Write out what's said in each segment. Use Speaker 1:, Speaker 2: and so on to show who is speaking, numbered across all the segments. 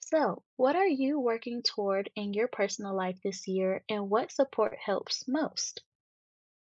Speaker 1: So, what are you working toward in your personal life this year, and what support helps most?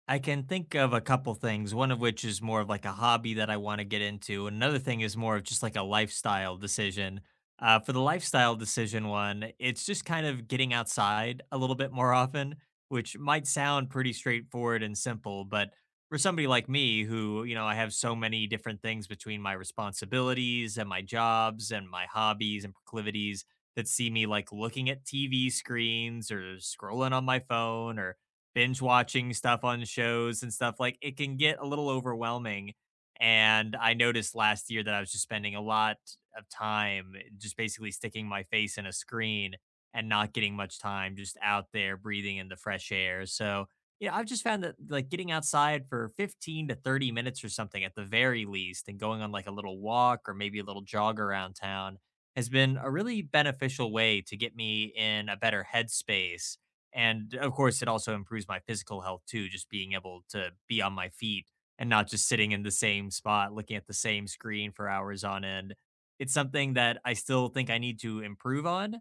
Speaker 2: I can think of a couple things, one of which is more of like a hobby that I want to get into. Another thing is more of just like a lifestyle decision. For the lifestyle decision one, it's just kind of getting outside a little bit more often, which might sound pretty straightforward and simple, but for somebody like me who, I have so many different things between my responsibilities and my jobs and my hobbies and proclivities that see me like looking at TV screens or scrolling on my phone or binge watching stuff on shows and stuff. Like, it can get a little overwhelming, and I noticed last year that I was just spending a lot of time just basically sticking my face in a screen and not getting much time just out there breathing in the fresh air. So, yeah, I've just found that, like, getting outside for 15 to 30 minutes or something at the very least and going on, like, a little walk or maybe a little jog around town has been a really beneficial way to get me in a better headspace. And of course, it also improves my physical health too, just being able to be on my feet and not just sitting in the same spot, looking at the same screen for hours on end. It's something that I still think I need to improve on.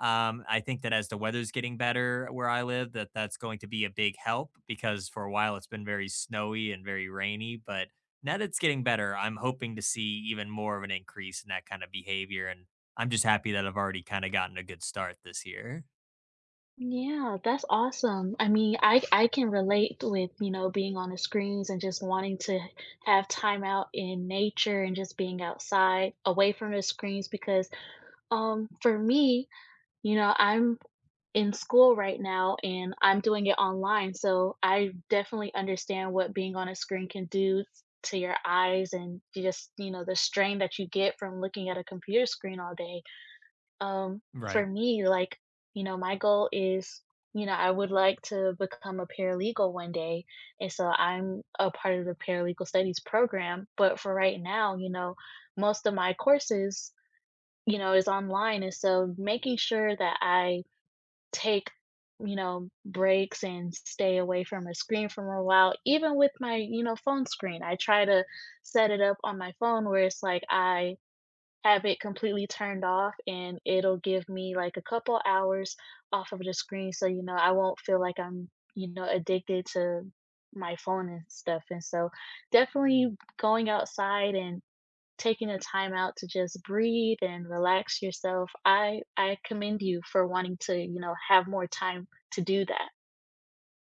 Speaker 2: I think that as the weather's getting better where I live, that that's going to be a big help, because for a while it's been very snowy and very rainy. But now that it's getting better, I'm hoping to see even more of an increase in that kind of behavior. And I'm just happy that I've already kind of gotten a good start this year.
Speaker 1: Yeah, that's awesome. I mean, I can relate with, you know, being on the screens and just wanting to have time out in nature and just being outside away from the screens because for me, you know, I'm in school right now and I'm doing it online, so I definitely understand what being on a screen can do to your eyes and you just, you know, the strain that you get from looking at a computer screen all day. Um,
Speaker 2: Right.
Speaker 1: for me, like, you know, my goal is, you know, I would like to become a paralegal one day. And so I'm a part of the paralegal studies program. But for right now, you know, most of my courses, you know, is online. And so making sure that I take, you know, breaks and stay away from a screen for a while, even with my, you know, phone screen. I try to set it up on my phone where it's like I have it completely turned off and it'll give me like a couple hours off of the screen, so you know I won't feel like I'm, you know, addicted to my phone and stuff. And so definitely going outside and taking the time out to just breathe and relax yourself. I commend you for wanting to, you know, have more time to do that.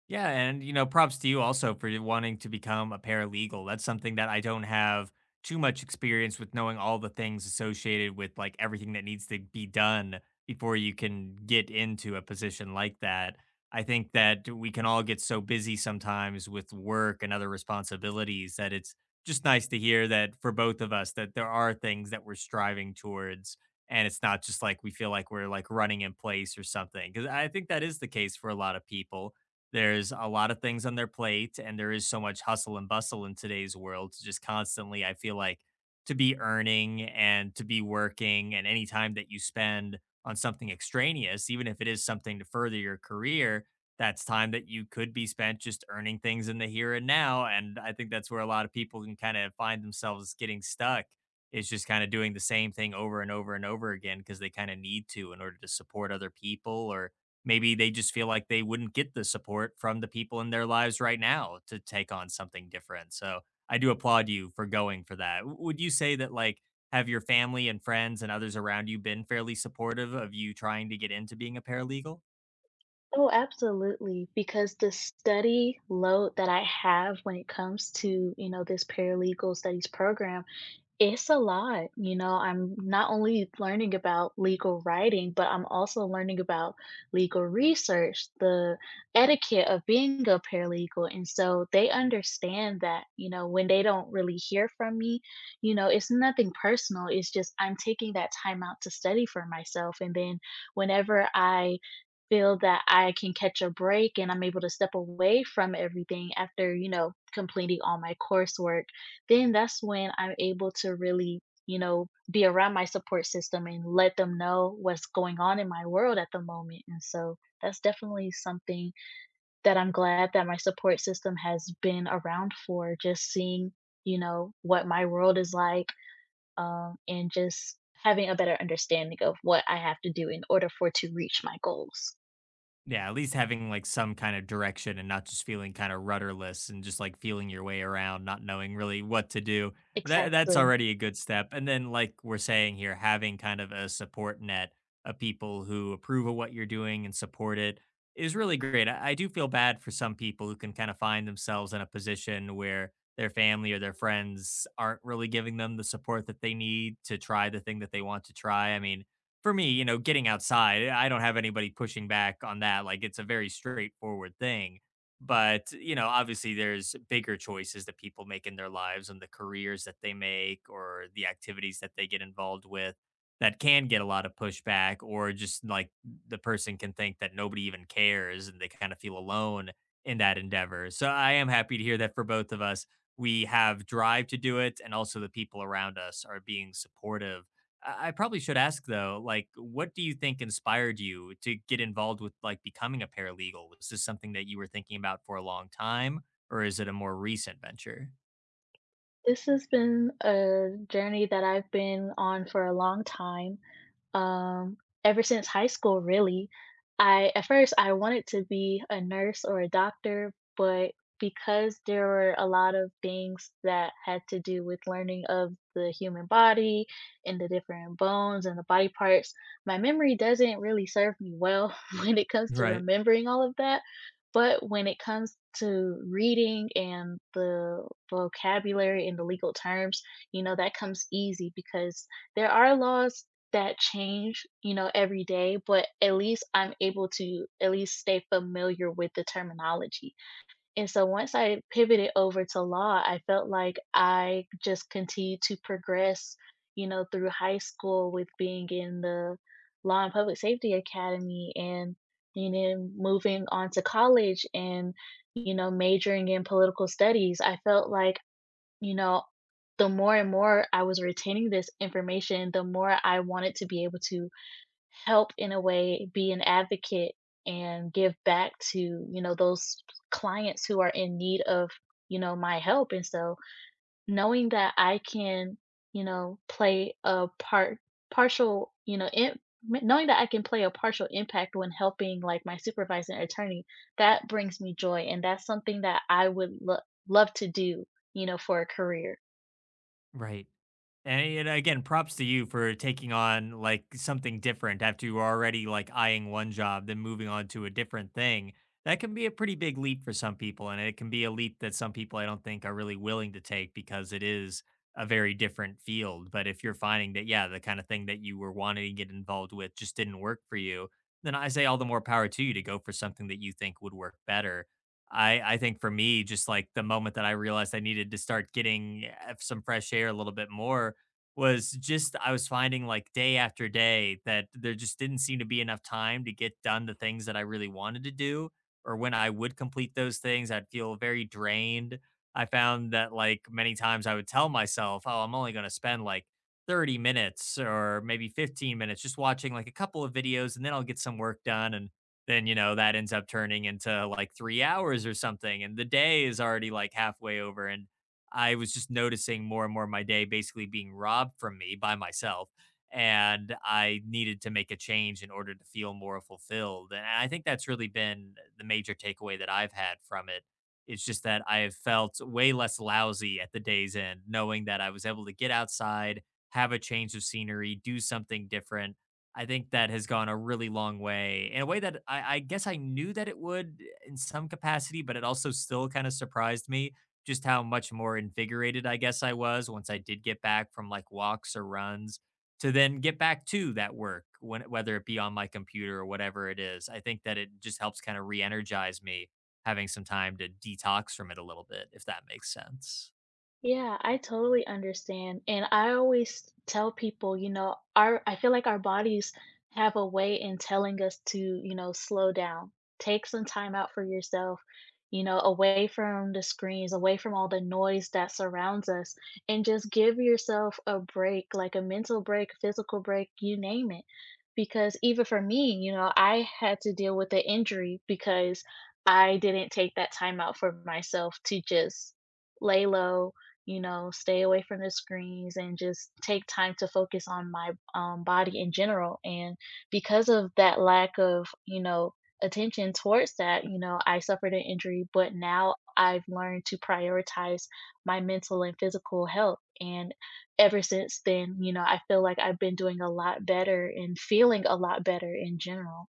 Speaker 2: Yeah, and props to you also for wanting to become a paralegal. That's something that I don't have too much experience with, knowing all the things associated with like everything that needs to be done before you can get into a position like that. I think that we can all get so busy sometimes with work and other responsibilities that it's just nice to hear that for both of us that there are things that we're striving towards, and it's not just like we feel like we're like running in place or something, because I think that is the case for a lot of people. There's a lot of things on their plate, and there is so much hustle and bustle in today's world. Just constantly, I feel like, to be earning and to be working. And any time that you spend on something extraneous, even if it is something to further your career, that's time that you could be spent just earning things in the here and now. And I think that's where a lot of people can kind of find themselves getting stuck, is just kind of doing the same thing over and over and over again, because they kind of need to in order to support other people, or maybe they just feel like they wouldn't get the support from the people in their lives right now to take on something different. So I do applaud you for going for that. Would you say that, like, have your family and friends and others around you been fairly supportive of you trying to get into being a paralegal?
Speaker 1: Oh, absolutely, because the study load that I have when it comes to, you know, this paralegal studies program, it's a lot. You know, I'm not only learning about legal writing, but I'm also learning about legal research, the etiquette of being a paralegal, and so they understand that, you know, when they don't really hear from me, you know, it's nothing personal, it's just I'm taking that time out to study for myself, and then whenever I feel that I can catch a break and I'm able to step away from everything after, you know, completing all my coursework, then that's when I'm able to really, you know, be around my support system and let them know what's going on in my world at the moment. And so that's definitely something that I'm glad that my support system has been around for, just seeing, you know, what my world is like, and just having a better understanding of what I have to do in order for to reach my goals.
Speaker 2: Yeah, at least having like some kind of direction and not just feeling kind of rudderless and just like feeling your way around, not knowing really what to do. That that's
Speaker 1: Exactly.
Speaker 2: already a good step. And then like we're saying here, having kind of a support net of people who approve of what you're doing and support it is really great. I do feel bad for some people who can kind of find themselves in a position where their family or their friends aren't really giving them the support that they need to try the thing that they want to try. I mean, for me, getting outside, I don't have anybody pushing back on that. Like, it's a very straightforward thing. But, obviously there's bigger choices that people make in their lives and the careers that they make or the activities that they get involved with that can get a lot of pushback, or just like the person can think that nobody even cares and they kind of feel alone in that endeavor. So I am happy to hear that for both of us, we have drive to do it and also the people around us are being supportive. I probably should ask though, like, what do you think inspired you to get involved with like becoming a paralegal? Was this something that you were thinking about for a long time, or is it a more recent venture?
Speaker 1: This has been a journey that I've been on for a long time. Um, Ever since high school, really. I at first I wanted to be a nurse or a doctor, but because there were a lot of things that had to do with learning of the human body and the different bones and the body parts, my memory doesn't really serve me well when it comes to
Speaker 2: Right,
Speaker 1: remembering all of that. But when it comes to reading and the vocabulary and the legal terms, you know, that comes easy because there are laws that change, you know, every day, but at least I'm able to at least stay familiar with the terminology. And so once I pivoted over to law, I felt like I just continued to progress, you know, through high school with being in the Law and Public Safety Academy and, you know, moving on to college and, you know, majoring in political studies. I felt like, you know, the more and more I was retaining this information, the more I wanted to be able to help in a way, be an advocate and give back to, you know, those clients who are in need of, you know, my help. And so knowing that I can, you know, play a part partial, you know, in, knowing that I can play a partial impact when helping like my supervisor and attorney, that brings me joy. And that's something that I would love to do, you know, for a career.
Speaker 2: right. And, you know, again, props to you for taking on like something different after you were already like eyeing one job, then moving on to a different thing. That can be a pretty big leap for some people. And it can be a leap that some people I don't think are really willing to take, because it is a very different field. But if you're finding that, yeah, the kind of thing that you were wanting to get involved with just didn't work for you, then I say all the more power to you to go for something that you think would work better. I think for me, just like the moment that I realized I needed to start getting some fresh air a little bit more was just I was finding like day after day that there just didn't seem to be enough time to get done the things that I really wanted to do. Or when I would complete those things, I'd feel very drained. I found that like many times I would tell myself, oh, I'm only going to spend like 30 minutes or maybe 15 minutes just watching like a couple of videos and then I'll get some work done. And then, that ends up turning into like 3 hours or something. And the day is already like halfway over. And I was just noticing more and more of my day basically being robbed from me by myself. And I needed to make a change in order to feel more fulfilled. And I think that's really been the major takeaway that I've had from it. It's just that I have felt way less lousy at the day's end, knowing that I was able to get outside, have a change of scenery, do something different. I think that has gone a really long way, in a way that I guess I knew that it would in some capacity, but it also still kind of surprised me just how much more invigorated I guess I was once I did get back from like walks or runs to then get back to that work, when whether it be on my computer or whatever it is. I think that it just helps kind of re-energize me, having some time to detox from it a little bit, if that makes sense.
Speaker 1: Yeah, I totally understand. And I always tell people, you know, our I feel like our bodies have a way in telling us to, you know, slow down. Take some time out for yourself, you know, away from the screens, away from all the noise that surrounds us, and just give yourself a break, like a mental break, physical break, you name it. Because even for me, you know, I had to deal with an injury because I didn't take that time out for myself to just lay low, you know, stay away from the screens and just take time to focus on my body in general. And because of that lack of, you know, attention towards that, you know, I suffered an injury, but now I've learned to prioritize my mental and physical health. And ever since then, you know, I feel like I've been doing a lot better and feeling a lot better in general.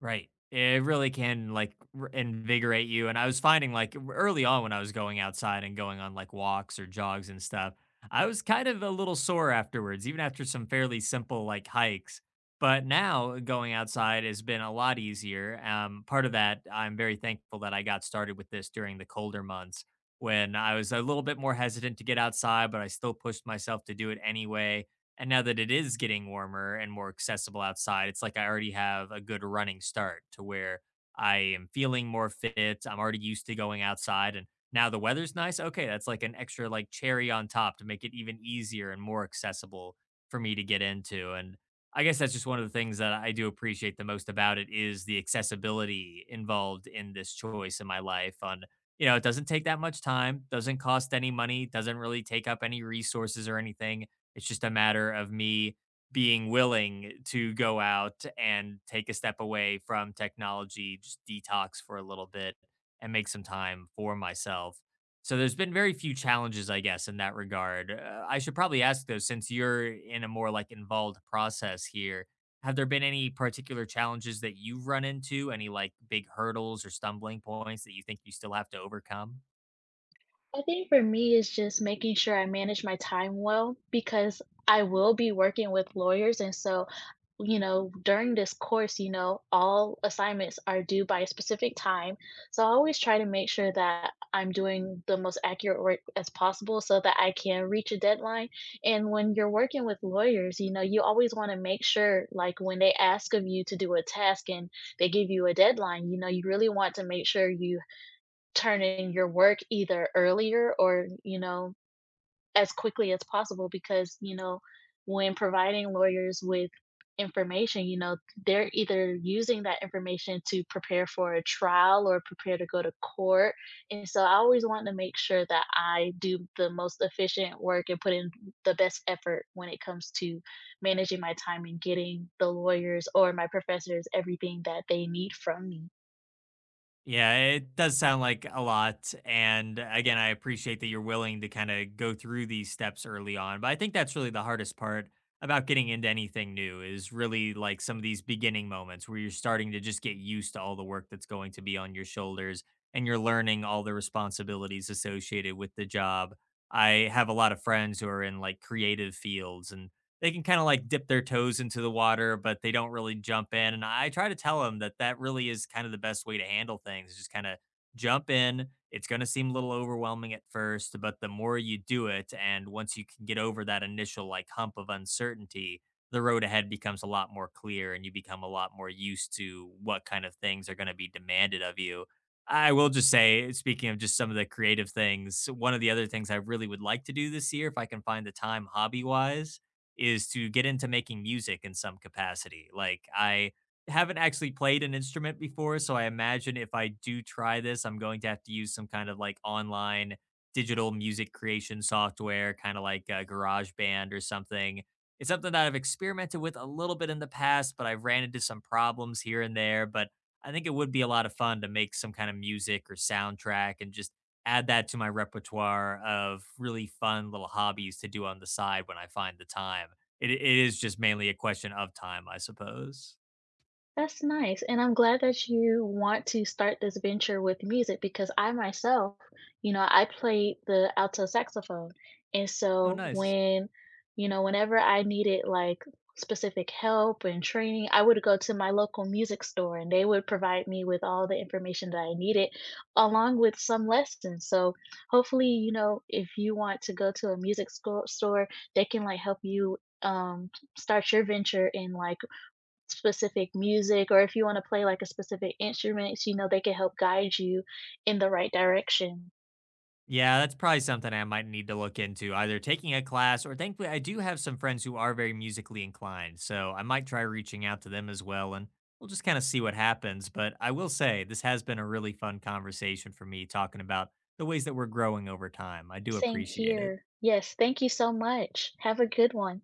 Speaker 2: Right. It really can like invigorate you. And I was finding like early on when I was going outside and going on like walks or jogs and stuff, I was kind of a little sore afterwards, even after some fairly simple like hikes. But now going outside has been a lot easier. Part of that, I'm very thankful that I got started with this during the colder months when I was a little bit more hesitant to get outside, but I still pushed myself to do it anyway. And now that it is getting warmer and more accessible outside, it's like I already have a good running start to where I am feeling more fit. I'm already used to going outside, and now the weather's nice. Okay, that's like an extra like cherry on top to make it even easier and more accessible for me to get into. And I guess that's just one of the things that I do appreciate the most about it, is the accessibility involved in this choice in my life, on, it doesn't take that much time, doesn't cost any money, doesn't really take up any resources or anything. It's just a matter of me being willing to go out and take a step away from technology, just detox for a little bit and make some time for myself. So there's been very few challenges, I guess, in that regard. I should probably ask though, since you're in a more like involved process here, have there been any particular challenges that you've run into? Any like big hurdles or stumbling points that you think you still have to overcome?
Speaker 1: I think for me, is just making sure I manage my time well because I will be working with lawyers. And so, you know, during this course, you know, all assignments are due by a specific time. So I always try to make sure that I'm doing the most accurate work as possible so that I can reach a deadline. And when you're working with lawyers, you know, you always want to make sure, like, when they ask of you to do a task and they give you a deadline, you know, you really want to make sure you turn in your work either earlier or, you know, as quickly as possible because, you know, when providing lawyers with information, you know, they're either using that information to prepare for a trial or prepare to go to court. And so I always want to make sure that I do the most efficient work and put in the best effort when it comes to managing my time and getting the lawyers or my professors everything that they need from me.
Speaker 2: Yeah, it does sound like a lot. And again, I appreciate that you're willing to kind of go through these steps early on. But I think that's really the hardest part about getting into anything new is really like some of these beginning moments where you're starting to just get used to all the work that's going to be on your shoulders and you're learning all the responsibilities associated with the job. I have a lot of friends who are in like creative fields, and they can kind of like dip their toes into the water, but they don't really jump in. And I try to tell them that that really is kind of the best way to handle things is just kind of jump in. It's going to seem a little overwhelming at first, but the more you do it, and once you can get over that initial like hump of uncertainty, the road ahead becomes a lot more clear and you become a lot more used to what kind of things are going to be demanded of you. I will just say, speaking of just some of the creative things, one of the other things I really would like to do this year, if I can find the time hobby wise, is to get into making music in some capacity. Like, I haven't actually played an instrument before, so I imagine if I do try this, I'm going to have to use some kind of like online digital music creation software, kind of like GarageBand or something. It's something that I've experimented with a little bit in the past, but I've ran into some problems here and there. But I think it would be a lot of fun to make some kind of music or soundtrack and just add that to my repertoire of really fun little hobbies to do on the side when I find the time. It is just mainly a question of time, I suppose.
Speaker 1: That's nice, and I'm glad that you want to start this venture with music because I myself, you know, I played the alto saxophone. And
Speaker 2: Oh,
Speaker 1: so
Speaker 2: nice.
Speaker 1: when, you know, whenever I needed like specific help and training, I would go to my local music store and they would provide me with all the information that I needed along with some lessons. So hopefully, you know, if you want to go to a music store, they can like help you um start your venture and like specific music or if you wanna play, like, a specific instrument, you know, they can help guide you in the right direction.
Speaker 2: Yeah, that's probably something I might need to look into, either taking a class, or thankfully I do have some friends who are very musically inclined, so I might try reaching out to them as well, and we'll just kind of see what happens. But I will say, this has been a really fun conversation for me talking about the ways that we're growing over time. I do
Speaker 1: Same
Speaker 2: appreciate it.
Speaker 1: here. Yes, thank you so much. Have a good one.